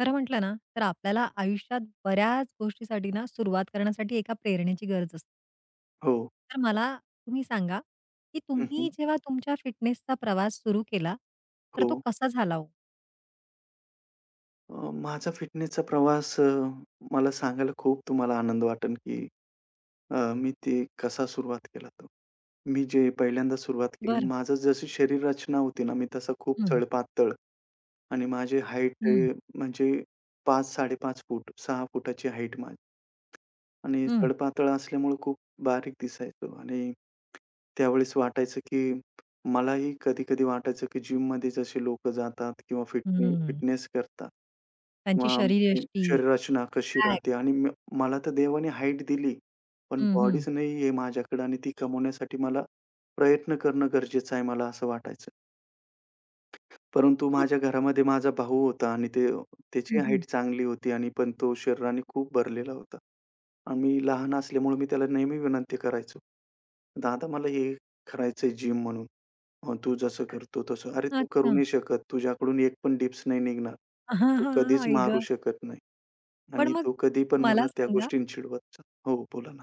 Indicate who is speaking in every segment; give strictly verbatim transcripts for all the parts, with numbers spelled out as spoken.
Speaker 1: खरं म्हटलं ना, तर आपल्याला आयुष्यात बऱ्याच गोष्टीसाठी ना, सुरुवात करण्यासाठी एका प्रेरणेची गरज असते.
Speaker 2: हो.
Speaker 1: तर मला तुम्ही सांगा, की
Speaker 2: हं, हं.
Speaker 1: तुम्ही जेव्हा तुमच्या फिटनेसचा प्रवास सुरू केला, तर
Speaker 2: हो.
Speaker 1: तो कसा झाला हो?
Speaker 2: अ, माझा फिटनेसचा प्रवास, अ, मला सांगायला खूप तुम्हाला आनंद वाटेल, की अ, मी ते कसा सुरुवात केला तो. मी जे पहिल्यांदा सुरुवात केली,
Speaker 1: बरं.
Speaker 2: माझं जशी शरीर रचना होती ना, मी तसा खूप
Speaker 1: हं,
Speaker 2: सडपातळ. आणि माझी हाईट अ, म्हणजे पाच साडेपाच फूट, सहा फुटाची हाईट माझी. आणि
Speaker 1: हं,
Speaker 2: सडपातळ असल्यामुळे खूप बारीक दिसायचो. आणि त्यावेळेस वाटायचं, की मलाही कधी-कधी वाटायचं, की जिममध्ये जसे लोकं जातात किंवा
Speaker 1: हं,
Speaker 2: फिटने
Speaker 1: हं.
Speaker 2: फिटनेस करतात
Speaker 1: त्यांची
Speaker 2: किंवा आमची
Speaker 1: शरीरयष्टी,
Speaker 2: शरीररचना कशी राहते
Speaker 1: बॅक
Speaker 2: आणि म मला तर देवाने हाईट दिली, पण
Speaker 1: हं, हं.
Speaker 2: बॉडीच नाहीये माझ्याकडे आणि ती कमवण्यासाठी मला प्रयत्न करणं गरजेचं आहे, मला असं वाटायचं. परंतु
Speaker 1: मग
Speaker 2: माझ्या घरामध्ये माझा भाऊ होता आणि ते त्याची
Speaker 1: हं, हं.
Speaker 2: हाईट चांगली होती आणि पण तो शरीराने खूप भरलेला होता. आणि मी लहान असल्यामुळे मी त्याला नेहमी विनंती करायचो. "दादा, मला हे करायचंय, जिम म्हणून. अ, तू जसं करतो तसं." "अरे, तू करू
Speaker 1: अच्छा.
Speaker 2: नाही शकत. तुझ्याकडून एक पण डिप्स नाही निघणार.
Speaker 1: हां,
Speaker 2: तू
Speaker 1: हां,
Speaker 2: कधीच
Speaker 1: आई
Speaker 2: मारू
Speaker 1: गं!
Speaker 2: शकत नाही."
Speaker 1: पण
Speaker 2: आणि
Speaker 1: मग
Speaker 2: तो कधी पण मला
Speaker 1: मला
Speaker 2: त्या
Speaker 1: सांगा,
Speaker 2: गोष्टीने चिडवायचा. हो, बोला ना.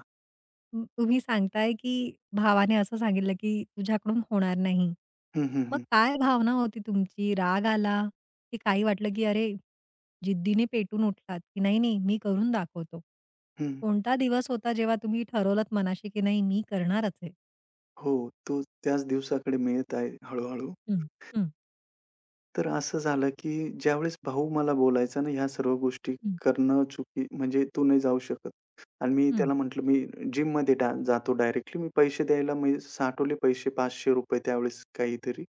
Speaker 1: तु तुम्ही सांगताय, की भावाने असं सांगितलं, की तुझ्याकडून होणार नाही.
Speaker 2: हं, हं,
Speaker 1: मग
Speaker 2: हं.
Speaker 1: काय भावना होती तुमची? राग आला, की काही वाटलं, की अरे, जिद्दीने पेटून उठलात, की नाही, नाही मी करून दाखवतो?
Speaker 2: हं.
Speaker 1: कोणता दिवस होता जेव्हा तुम्ही ठरवलत मनाशी, की नाही मी करणारच आहे?
Speaker 2: हो, तो त्याच दिवसाकडे मी आहे हळू.
Speaker 1: हं, हं,
Speaker 2: तर असं झालं, की ज्यावेळेस भाऊ मला बोलायचा ना, ह्या सर्व गोष्टी
Speaker 1: हं.
Speaker 2: करणं चुकी म्हणजे तू नाही जाऊ शकत. आणि मी
Speaker 1: हं.
Speaker 2: त्याला म्हटलं, "मी जिम जिममध्ये डा जातो डायरेक्टली." मी पैसे द्यायला मी साठवले पैसे ₹पाचशे त्यावेळेस काहीतरी.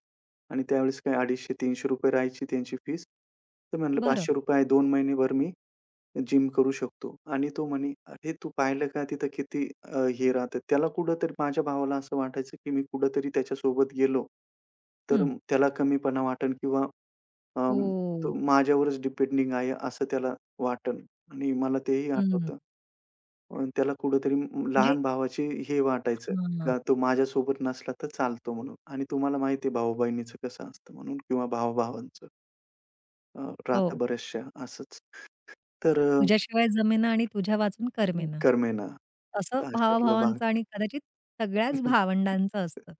Speaker 2: आणि त्यावेळेस काय ₹दोनशे पन्नास ते तीनशे राहायची त्यांची फीस. तर म्हटलं
Speaker 1: बरं.
Speaker 2: ₹पाचशे आहे, दोन महिनेभर मी जिम करू शकतो. आणि तो म्हणे, "अरे, तू पाहिलं का तिथं किती अ, हे राहतात." त्याला कुठेतरी माझ्या भावाला असं वाटायचं, की मी कुठेतरी त्याच्यासोबत गेलो, तर
Speaker 1: हं.
Speaker 2: म- त्याला कमीपणा वाटन किंवा अं, तो
Speaker 1: हो.
Speaker 2: माझ्यावरच डिपेंडिंग आहे असं त्याला वाटेल. आणि मला तेही
Speaker 1: हं.
Speaker 2: आठवतं. अ, त्याला कुठेतरी
Speaker 1: म्हणजे
Speaker 2: लहान भावाची हे वाटायचं,
Speaker 1: हां.
Speaker 2: का तो माझ्यासोबत नसला तर चालतो म्हणून. आणि तुम्हाला माहिती आहे भाऊ-बहिणीचं कसं असतं म्हणून किंवा भावा-भावांचं राहतं
Speaker 1: हो.
Speaker 2: बऱ्याचशा असंच. तर अ,
Speaker 1: तुझ्याशिवाय जमेना आणि तुझ्या वाचून करमेना.
Speaker 2: करमेना.
Speaker 1: असं
Speaker 2: अशातला भाग.
Speaker 1: भावाभावांचं आणि कदाचित सगळ्याच भावंडांचं असतं,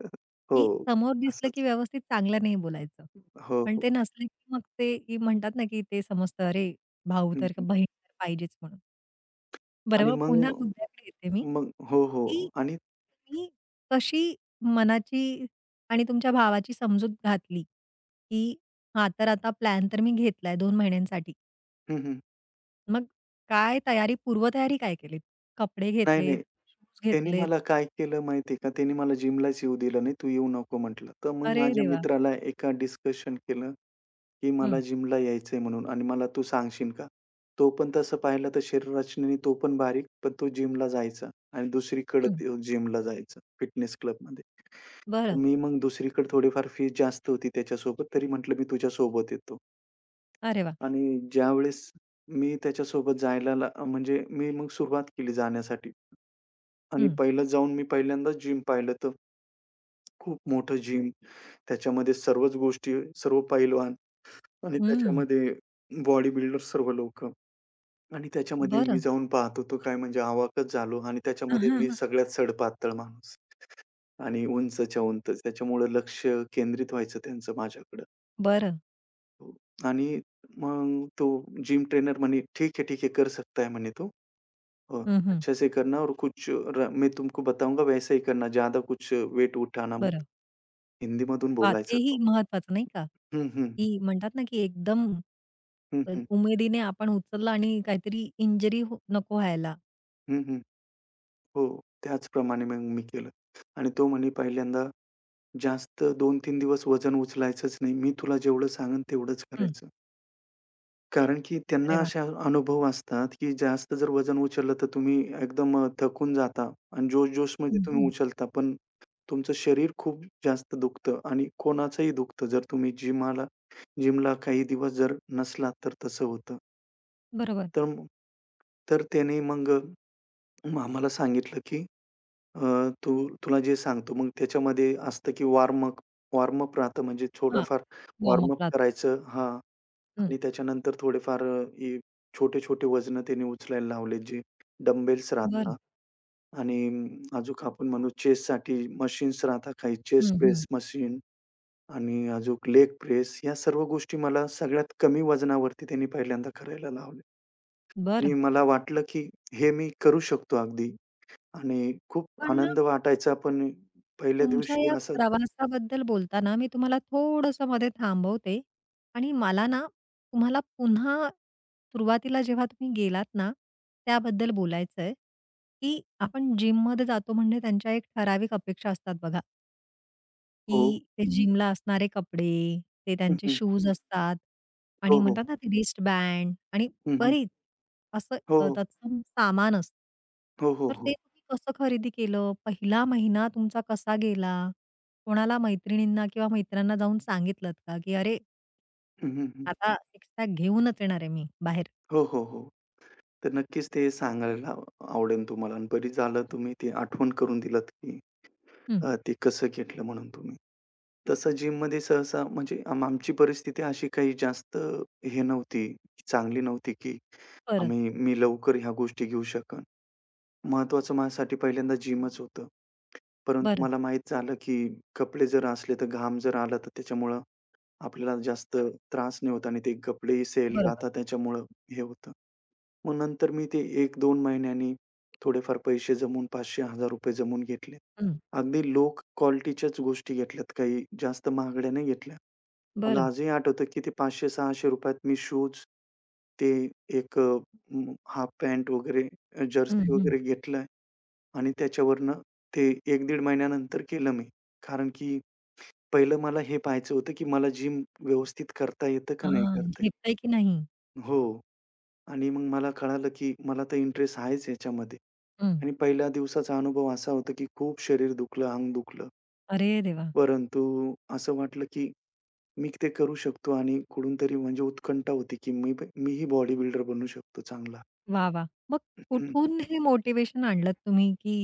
Speaker 2: हो,
Speaker 1: की समोर दिसलं की
Speaker 2: असंच.
Speaker 1: व्यवस्थित चांगलं नाही बोलायचं.
Speaker 2: हो,
Speaker 1: पण
Speaker 2: हो.
Speaker 1: ते नसले की मग ते की म्हणतात ना, की ते समजतं अरे भाऊ
Speaker 2: हं,
Speaker 1: तर का
Speaker 2: हं.
Speaker 1: बहीण तर पाहिजेच म्हणून. बरं,
Speaker 2: आणि
Speaker 1: मग
Speaker 2: मग
Speaker 1: पुन्हा मुद्द्याकडे येते मी,
Speaker 2: मग हो,
Speaker 1: की
Speaker 2: हो. आणि
Speaker 1: तुम्ही कशी मनाची आणि तुमच्या भावाची समजूत घातली, की हां, तर आता प्लॅन तर मी घेतलाय दोन महिन्यांसाठी.
Speaker 2: हं, हं.
Speaker 1: मग काय तयारी, पूर्वतयारी काय केलीत? कपडे
Speaker 2: नाही,
Speaker 1: घेतलेत,
Speaker 2: नाही.
Speaker 1: शूज
Speaker 2: त्याने
Speaker 1: घेतलेत.
Speaker 2: मला काय केलं माहिती आहे का? त्याने मला जिमलाच येऊ दिलं नाही. "तू येऊ नको" म्हटलं. तर मग
Speaker 1: अरे
Speaker 2: माझ्या
Speaker 1: देवा!
Speaker 2: मित्राला एका डिस्कशन केलं, की
Speaker 1: हं,
Speaker 2: "मला जिमला यायचंय म्हणून आणि मला तू सांगशील का?" तो पण तसं पाहिलं तर शरीर रचनेने तो पण बारीक, पण तो जिमला जायचा. आणि दुसरीकडे
Speaker 1: हं.
Speaker 2: तो जिमला जायचा फिटनेस क्लबमध्ये. तर
Speaker 1: बरं.
Speaker 2: मी मग दुसरीकडे थोडीफार फी जास्त होती त्याच्यासोबत, तरी म्हटलं मी तुझ्यासोबत येतो.
Speaker 1: अरे वाह!
Speaker 2: आणि ज्यावेळेस मी त्याच्यासोबत जायला ला म्हणजे मी मग सुरुवात केली जाण्यासाठी. आणि
Speaker 1: हं,
Speaker 2: पहिलं जाऊन मी पहिल्यांदाच जिम पाहिलं, तर खूप मोठं जिम. त्याच्यामध्ये सर्वच गोष्टी, सर्व पैलवान आणि
Speaker 1: हं.
Speaker 2: त्याच्यामध्ये बॉडी बिल्डर सर्व लोकं. आणि त्याच्यामध्ये मी
Speaker 1: बरं.
Speaker 2: जाऊन पाहत होतो काय, म्हणजे अवाकच झालो. आणि
Speaker 1: हां,
Speaker 2: त्याच्यामध्ये
Speaker 1: हां,
Speaker 2: मी
Speaker 1: हां.
Speaker 2: सगळ्यात सडपातळ माणूस आणि उंचच्या उंच. त्याच्यामुळे लक्ष केंद्रित व्हायचं त्यांचं माझ्याकडं.
Speaker 1: बरं.
Speaker 2: हो. आणि मग तो जिम ट्रेनर म्हणे, "ठीक है, ठीक है, कर सकता है" म्हणे तो. "अ,
Speaker 1: हं, हं.
Speaker 2: अच्छे से करना और कुछ र मैं तुमको बताऊँगा वैसा ही करना, ज़्यादा कुछ वेट उठाना."
Speaker 1: बरं.
Speaker 2: हिंदीमधून
Speaker 1: हां,
Speaker 2: बोलायचा तो.
Speaker 1: तेही महत्वाचं नाही का?
Speaker 2: हं, हं.
Speaker 1: की म्हणतात ना, की एकदम
Speaker 2: हं,
Speaker 1: अ,
Speaker 2: हं.
Speaker 1: उमेदीने आपण उचललं आणि काहीतरी इंजरी हो नको व्हायला.
Speaker 2: हं, हं. हो. त्याचप्रमाणे मग मी केलं. आणि तो म्हणे, "पहिल्यांदा जास्त दोन तीन दिवस वजन उचलायचंच नाही. मी तुला जेवढं सांगेन तेवढंच
Speaker 1: हं.
Speaker 2: करायचं." कारण की
Speaker 1: अरे
Speaker 2: त्यांना
Speaker 1: वाह!
Speaker 2: असे अनुभव असतात, की जास्त जर वजन उचललं तर तुम्ही एकदम अ, थकून जाता आणि जोश-जोशमध्ये
Speaker 1: हं,
Speaker 2: तुम्ही
Speaker 1: हं.
Speaker 2: उचलता. पण तुमचं शरीर खूप जास्त दुखतं आणि कोणाचंही दुखतं. जर तुम्ही जिमाला जिमला काही दिवस जर नसलात तर तसं होतं.
Speaker 1: बरोबर.
Speaker 2: तर तर त्याने मग मग आम्हाला सांगितलं, की अ, "तू तुला जे सांगतो." मग त्याच्यामध्ये असतं, की वॉर्म अप वॉर्म अप राहतं, म्हणजे
Speaker 1: हां,
Speaker 2: थोडंफार वॉर्म
Speaker 1: वॉर्मअप
Speaker 2: अप
Speaker 1: राहतं.
Speaker 2: करायचं, हा.
Speaker 1: हं.
Speaker 2: आणि त्याच्यानंतर थोडेफार अ, हे छोटे-छोटे वजनं त्याने उचलायला लावले, जे डंबेल्स
Speaker 1: बरं.
Speaker 2: राहतात. आणि अम, अजून आपण म्हणू चेस्टसाठी मशीन्स राहतात, काही चेस्ट
Speaker 1: हं, हं.
Speaker 2: प्रेस मशीन आणि अजून लेग प्रेस. या सर्व गोष्टी मला सगळ्यात कमी वजनावरती त्यांनी पहिल्यांदा करायला लावल्या. आणि
Speaker 1: बरं.
Speaker 2: मला वाटलं, की हे मी करू शकतो अगदी. आणि खूप
Speaker 1: पण
Speaker 2: आनंद वाटायचा पण पहिल्या
Speaker 1: तुमच्या
Speaker 2: दिवशी
Speaker 1: या
Speaker 2: असं.
Speaker 1: प्रवासाबद्दल बोलताना मी तुम्हाला थोडंसं मध्ये थांबवते आणि मला ना तुम्हाला पुन्हा सुरुवातीला जेव्हा तुम्ही गेलात ना त्याबद्दल बोलायचंय, की आपण जिममध्ये जातो म्हणजे त्यांच्या एक ठराविक अपेक्षा असतात बघा.
Speaker 2: हो.
Speaker 1: की ते जिमला असणारे कपडे, ते
Speaker 2: हं,
Speaker 1: त्यांचे
Speaker 2: हं.
Speaker 1: शूज असतात
Speaker 2: हो,
Speaker 1: आणि
Speaker 2: हो.
Speaker 1: म्हणतात ना ते रिस्टबँड आणि
Speaker 2: हं, हं.
Speaker 1: बरीच असं
Speaker 2: हो,
Speaker 1: अ,
Speaker 2: हो.
Speaker 1: तत्सम सामान असतं.
Speaker 2: हो, हो,
Speaker 1: तर ते
Speaker 2: हो.
Speaker 1: तुम्ही कसं खरेदी केलं? पहिला महिना तुमचा कसा गेला? कोणाला मैत्रिणींना किंवा मित्रांना जाऊन सांगितलत का, की "अरे,
Speaker 2: हं, हं, हं.
Speaker 1: आता सिक्स पॅक घेऊनच येणार आहे मी बाहेर."
Speaker 2: हो, हो, हो. तर नक्कीच ते सांगायला आवडेल तुम्हाला. आणि बरी झालं तुम्ही ती आठवण करून दिलत, की
Speaker 1: हं,
Speaker 2: अ, ते कसं घेतलं म्हणून तुम्ही. तसं जिममध्ये सहसा म्हणजे आम आमची परिस्थिती अशी काही जास्त हे नव्हती, चांगली नव्हती, की
Speaker 1: बरं,
Speaker 2: आम्ही मी लवकर ह्या गोष्टी घेऊ शकेन. महत्त्वाचं माझ्यासाठी पहिल्यांदा जिमच होतं. परंतु
Speaker 1: बरं,
Speaker 2: मला माहीत झालं, की कपडे जर असले, तर घाम जर आला, तर त्याच्यामुळं आपल्याला जास्त त्रास नाही होत. आणि ते कपडेही सेल
Speaker 1: बरोबर.
Speaker 2: राहतात, त्याच्यामुळं हे होतं. मग नंतर मी ते एक दोन महिन्यांनी थोडेफार पैसे जमवून ₹पाचशे ते हजार जमवून घेतले.
Speaker 1: हं,
Speaker 2: अगदी लो क्वालिटीच्याच गोष्टी घेतल्यात, काही जास्त महागड्या नाही घेतल्या. मला
Speaker 1: बरं.
Speaker 2: आजही आठवतं, की ते ₹पाचशे-600त मी शूज, ते एक अ, हाफ पॅन्ट वगैरे,
Speaker 1: हं,
Speaker 2: जर्सी
Speaker 1: हं.
Speaker 2: वगैरे घेतलंय. आणि त्याच्यावरनं ते एक-दीड महिन्यानंतर केलं मी. कारण की पहिलं मला हे पाहायचं होतं, की मला जिम व्यवस्थित करता येतं का नाही
Speaker 1: हां,
Speaker 2: करता येत?
Speaker 1: झेपतंय की नाही?
Speaker 2: हो. आणि मग मला कळालं, की मला तर इंटरेस्ट आहेच याच्यामध्ये.
Speaker 1: हं.
Speaker 2: आणि पहिल्या दिवसाचा अनुभव असा होता, की खूप शरीर दुखलं, अंग दुखलं.
Speaker 1: अरे देवा!
Speaker 2: परंतु असं वाटलं, की मी ते करू शकतो. आणि कुठूनतरी म्हणजे उत्कंठा होती, की मी मीही बॉडी बिल्डर बनू शकतो चांगला.
Speaker 1: वाह, वाह! मग
Speaker 2: हं.
Speaker 1: कुठून हे मोटिवेशन आणलत तुम्ही, की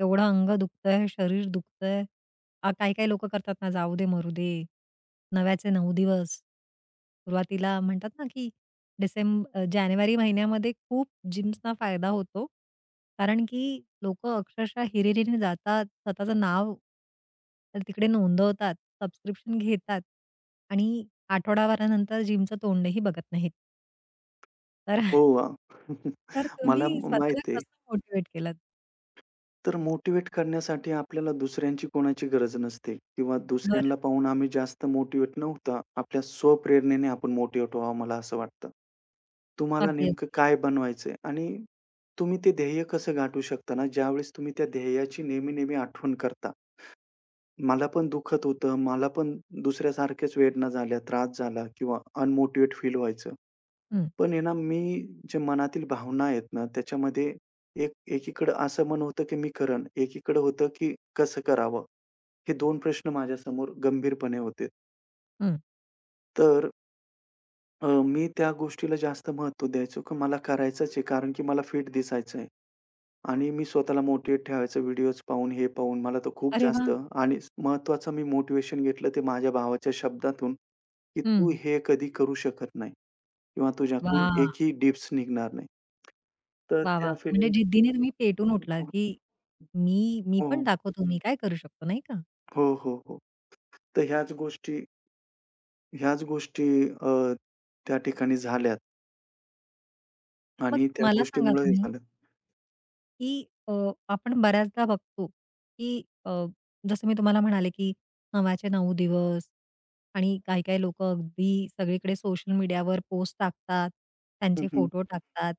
Speaker 1: एवढं अंग दुखतंय, शरीर दुखतंय. अ, काही-काही लोकं करतात ना, जाऊ दे, मरू दे. नव्याचे नऊ दिवस. सुरुवातीला म्हणतात ना, की डिसेंब अ, जानेवारी महिन्यामध्ये खूप जिम्सना फायदा होतो. कारण की लोक अक्षरशः हिरिरीने जातात, स्वतःचं नाव तर तिकडे नोंदवतात, सबस्क्रिप्शन घेतात आणि आठवडाभरानंतर जिमचं तोंडही बघत नाहीत. तर
Speaker 2: हो. अ,
Speaker 1: तर
Speaker 2: मला
Speaker 1: तुम्ही स्वतःला
Speaker 2: माहिती आहे.
Speaker 1: कसं मोटिव्हेट केलंत?
Speaker 2: तर मोटिव्हेट करण्यासाठी आपल्याला दुसऱ्यांची कोणाची गरज नसते किंवा
Speaker 1: बरं.
Speaker 2: दुसऱ्यांना पाहून आम्ही जास्त मोटिव्हेट न होता, आपल्या स्वप्रेरणेने आपण मोटिवेट व्हावं, मला असं वाटतं. तुम्हाला
Speaker 1: अगदी. अगदी.
Speaker 2: नेमकं काय बनवायचंय आणि तुम्ही ते ध्येय कसं गाठू शकता ना, ज्यावेळेस तुम्ही त्या ध्येयाची नेहमी-नेहमी आठवण करता. मला पण दुखत होतं, मला पण दुसऱ्यासारख्याच वेदना झाल्या, त्रास झाला किंवा अनमोटिव्हेट फील व्हायचं.
Speaker 1: हं,
Speaker 2: पण आहे ना, मी जे मनातील भावना आहेत ना, त्याच्यामध्ये एक एकीकडं असं मन होतं, की मी करेन. एकीकडं होतं, की कसं करावं? हे दोन प्रश्न माझ्यासमोर गंभीरपणे होते.
Speaker 1: हं.
Speaker 2: तर अ, मी त्या गोष्टीला जास्त महत्त्व द्यायचो, की मला करायचंच आहे, कारण की मला फिट दिसायचं आहे. आणि मी स्वतःला मोटिव्हेट ठेवायचं व्हिडिओज पाहून, हे पाहून. मला तर खूप
Speaker 1: अरे
Speaker 2: जास्त.
Speaker 1: वाह!
Speaker 2: आणि महत्त्वाचं मी मोटिव्हेशन घेतलं ते माझ्या भावाच्या शब्दातून, की
Speaker 1: हं.
Speaker 2: "तू हे कधी करू शकत नाही किंवा तुझ्याकडून
Speaker 1: वाह!
Speaker 2: एकही डिप्स निघणार नाही." तर
Speaker 1: वाह,
Speaker 2: त्या
Speaker 1: वाह! म्हणजे
Speaker 2: फिलिंग्ज.
Speaker 1: जिद्दीने तुम्ही पेटून उठलात,
Speaker 2: हो,
Speaker 1: की मी मी पण
Speaker 2: हो,
Speaker 1: दाखवतो, मी काय करू शकतो, नाही का?
Speaker 2: हो, हो, हो. तर ह्याच गोष्टी ह्याच गोष्टी अ, त्या ठिकाणी झाल्यात
Speaker 1: मग
Speaker 2: आणि त्या
Speaker 1: मला सांगा
Speaker 2: गोष्टीमुळे हे
Speaker 1: तुम्ही
Speaker 2: झालं.
Speaker 1: की अ, आपण बऱ्याचदा बघतो, की अ, जसं मी तुम्हाला म्हणाले, की नव्याचे नऊ दिवस आणि काही-काही लोकं अगदी सगळीकडे सोशल मीडियावर पोस्ट टाकतात,
Speaker 2: हं,
Speaker 1: त्यांचे
Speaker 2: हं.
Speaker 1: फोटो टाकतात.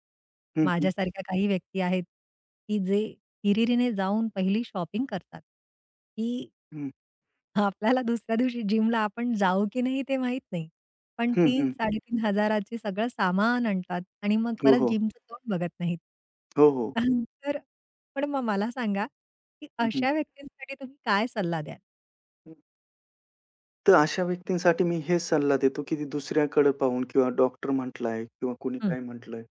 Speaker 2: हं, हं.
Speaker 1: माझ्यासारख्या काही व्यक्ती आहेत, की जे तिहेरीने जाऊन पहिली शॉपिंग करतात, की
Speaker 2: हं,
Speaker 1: आपल्याला दुसऱ्या दिवशी जिमला आपण जाऊ की नाही ते माहीत नाही. पण
Speaker 2: हं, हं.
Speaker 1: तीन हजार ते साडेतीन हजार चे सगळं सामान आणतात आणि मग
Speaker 2: हो,
Speaker 1: परत
Speaker 2: हो.
Speaker 1: जिमचं तोंड बघत नाहीत.
Speaker 2: हो, हो.
Speaker 1: तर पण मग मला सांगा, की
Speaker 2: हं, हं.
Speaker 1: अशा व्यक्तींसाठी तुम्ही काय सल्ला द्याल?
Speaker 2: तर अशा व्यक्तींसाठी मी हेच सल्ला देतो, की दुसऱ्याकडे पाहून किंवा डॉक्टर म्हटलाय किंवा कोणी
Speaker 1: हं.
Speaker 2: काय म्हटलंय,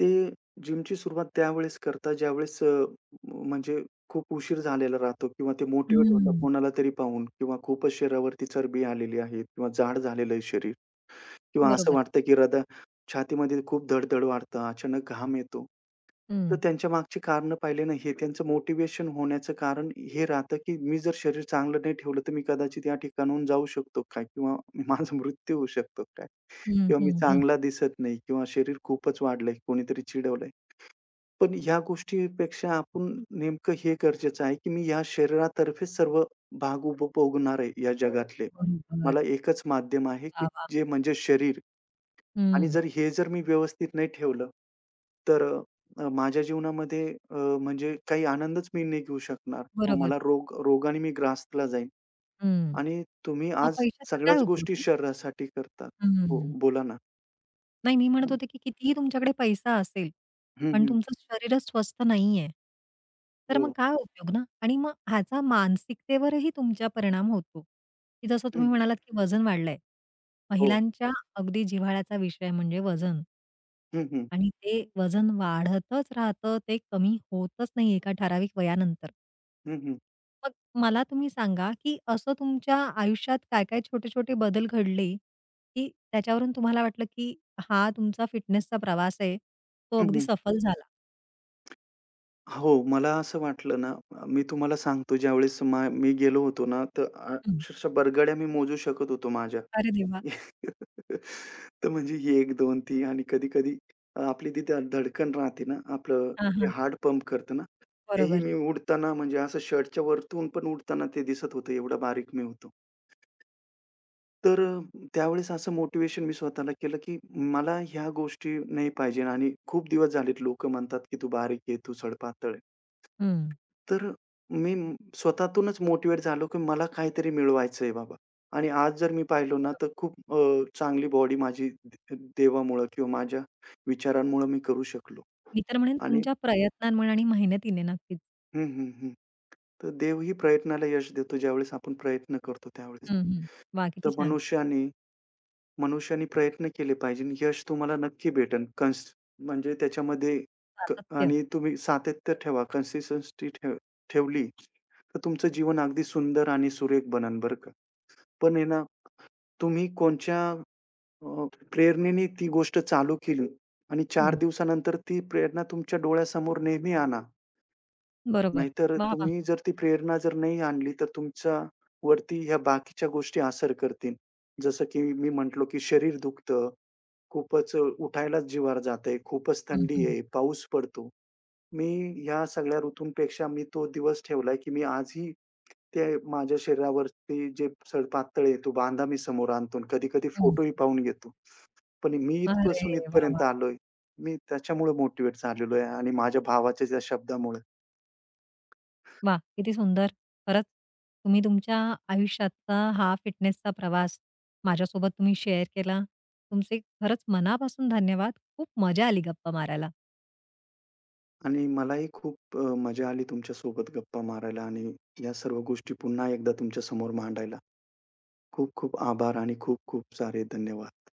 Speaker 2: ते जिमची सुरुवात त्यावेळेस करतात, ज्यावेळेस अ, म्हणजे खूप उशीर झालेला राहतो किंवा ते मोटिव्हेट होतात
Speaker 1: हं.
Speaker 2: कोणाला तरी पाहून किंवा खूपच शरीरावरती चरबी आलेली आहे किंवा जाड झालेलं आहे शरीर. किंवा असं
Speaker 1: बरोबर.
Speaker 2: वाटतं की हृदय छातीमध्ये खूप धड-धड वाढतं, अचानक घाम येतो. तर
Speaker 1: हं.
Speaker 2: त्यांच्या मागची कारणं पाहिले ना, हे त्यांचं मोटिव्हेशन होण्याचं कारण हे राहतं, की मी जर शरीर चांगलं नाही ठेवलं, तर मी कदाचित या ठिकाणाहून जाऊ शकतो काय? किंवा माझा मृत्यू होऊ शकतो काय?
Speaker 1: हं,
Speaker 2: किंवा मी
Speaker 1: हं, हं.
Speaker 2: चांगला दिसत नाही किंवा शरीर खूपच वाढलंय, कोणीतरी चिडवलंय. पण ह्या गोष्टीपेक्षा आपण नेमकं हे गरजेचं आहे, की मी या शरीरातर्फेच सर्व भाग उपभोगणार आहे या जगातले.
Speaker 1: बरोबर.
Speaker 2: मला एकच माध्यम आहे, की
Speaker 1: वाह, वाह!
Speaker 2: जे म्हणजे शरीर. आणि
Speaker 1: हं.
Speaker 2: जर हे जर मी व्यवस्थित नाही ठेवलं, तर अ, माझ्या जीवनामध्ये अ, म्हणजे काही आनंदच मी नाही घेऊ शकणार किंवा
Speaker 1: बरोबर.
Speaker 2: मला रोग रोगाने मी ग्रासला जाईन.
Speaker 1: हं.
Speaker 2: आणि तुम्ही
Speaker 1: मग
Speaker 2: आज
Speaker 1: पैशाचा काय
Speaker 2: सगळ्याच
Speaker 1: उपयोग
Speaker 2: गोष्टी
Speaker 1: ना?
Speaker 2: शरीरासाठी करतात. हो,
Speaker 1: हं.
Speaker 2: बोला ना.
Speaker 1: नाही, मी म्हणत
Speaker 2: हं,
Speaker 1: होते, की कितीही तुमच्याकडे पैसा असेल पण
Speaker 2: हं,
Speaker 1: तुमचं शरीरच स्वस्थ नाहीये. तर मग
Speaker 2: हो.
Speaker 1: काय उपयोग ना? आणि मग ह्याचा मानसिकतेवरही तुमच्या परिणाम होतो, की जसं
Speaker 2: हं,
Speaker 1: तुम्ही
Speaker 2: हं.
Speaker 1: म्हणालात, की वजन वाढलंय.
Speaker 2: हो.
Speaker 1: महिलांच्या अगदी जिव्हाळ्याचा विषय म्हणजे वजन
Speaker 2: हं, हं.
Speaker 1: आणि ते वजन वाढतच राहतं, ते कमी होतच नाही एका ठराविक वयानंतर.
Speaker 2: हो. हं, हं.
Speaker 1: मग मला तुम्ही सांगा, की असं तुमच्या आयुष्यात काय-काय छोटे-छोटे बदल घडले, की त्याच्यावरून तुम्हाला वाटलं, की हा तुमचा फिटनेसचा प्रवास आहे, तो
Speaker 2: हं,
Speaker 1: अगदी
Speaker 2: हं.
Speaker 1: सफल झाला?
Speaker 2: हो, मला असं वाटलं ना, मी तुम्हाला सांगतो, ज्यावेळेस मा मी गेलो होतो ना, तर अ,
Speaker 1: हं.
Speaker 2: अक्षरशः बरगड्या मी मोजू शकत होतो माझ्या.
Speaker 1: अरे देवा!
Speaker 2: तर म्हणजे ही एक, दोन, तीन आणि कधी-कधी अ, आपली ती ध धडकन राहते ना, आपलं
Speaker 1: हां,
Speaker 2: जे
Speaker 1: हां.
Speaker 2: हार्ट पंप करतं ना, तेही
Speaker 1: बरोबर.
Speaker 2: मी उडताना म्हणजे असं शर्टच्या वरतून पण उडताना ते दिसत होतं, एवढा बारीक मी होतो. तर अ, त्यावेळेस असं मोटिव्हेशन मी स्वतःला केलं, की मला ह्या गोष्टी नाही पाहिजे. आणि खूप दिवस झालेत, लोकं म्हणतात, की "तू बारीक आहे, तू सडपातळ."
Speaker 1: हं.
Speaker 2: तर मी स्वतःतूनच मोटिव्हेट झालो, की मला काहीतरी मिळवायचंय बाबा. आणि आज जर मी पाहिलो ना,
Speaker 1: बरोबर.
Speaker 2: तर खूप अ, चांगली बॉडी माझी दे देवामुळं किंवा माझ्या विचारांमुळं मी करू शकलो.
Speaker 1: मी तर म्हणेन
Speaker 2: आणि
Speaker 1: तुमच्या प्रयत्नांमुळे आणि मेहनतीने नक्कीच.
Speaker 2: हं, हं, हं. तर देवही प्रयत्नाला यश देतो, ज्यावेळेस आपण प्रयत्न करतो त्यावेळेस.
Speaker 1: हं, हं. वाह!
Speaker 2: तर
Speaker 1: किती छान.
Speaker 2: मनुष्याने मनुष्याने प्रयत्न केले पाहिजे आणि यश तुम्हाला नक्की भेटेल. कन्स म्हणजे त्याच्यामध्ये क
Speaker 1: सातत्य.
Speaker 2: आणि तुम्ही सातत्य ठेवा, कन्सिस्टन्सी ठेव ठेवली, तर तुमचं जीवन अगदी सुंदर आणि सुरेख बनन बरं का. पण आहे ना, तुम्ही कोणच्या अ, प्रेरणेने ती गोष्ट चालू केली. आणि चार
Speaker 1: हं.
Speaker 2: दिवसानंतर ती प्रेरणा तुमच्या डोळ्यासमोर नेहमी आणा.
Speaker 1: बरोबर.
Speaker 2: नाहीतर
Speaker 1: वाह, वाह!
Speaker 2: तुम्ही जर ती प्रेरणा जर नाही आणली, तर तुमच्या वरती ह्या बाकीच्या गोष्टी असर करतील. जसं की मी म्हटलो, की शरीर दुखतं. खूपच अ, उठायलाच जिवावर जातंय. खूपच
Speaker 1: हं,
Speaker 2: थंडी
Speaker 1: हं.
Speaker 2: आहे, पाऊस पडतो. मी ह्या सगळ्या ऋतूंपेक्षा मी तो दिवस ठेवलाय, की मी आजही ते माझ्या शरीरावरती जे सड़ पातळ आहे, तो बांधा मी समोर आणतो. आणि कधी-कधी
Speaker 1: हं.
Speaker 2: फोटोही पाहून घेतो. पण मी
Speaker 1: अरे
Speaker 2: इथपासून
Speaker 1: वाह,
Speaker 2: इथपर्यंत
Speaker 1: वाह!
Speaker 2: आलोय. मी त्याच्यामुळे मोटिव्हेट झालेलो आहे आणि माझ्या भावाच्या त्या शब्दामुळे.
Speaker 1: वाह! किती सुंदर. खरंच तुम्ही तुमच्या आयुष्याचा हा फिटनेसचा प्रवास माझ्यासोबत तुम्ही शेअर केला. तुमचे खरंच मनापासून धन्यवाद. खूप मजा आली गप्पा मारायला.
Speaker 2: आणि मलाही खूप अ, मजा आली तुमच्यासोबत गप्पा मारायला आणि या सर्व गोष्टी पुन्हा एकदा तुमच्यासमोर मांडायला. खूप खूप आभार आणि खूप खूप सारे धन्यवाद.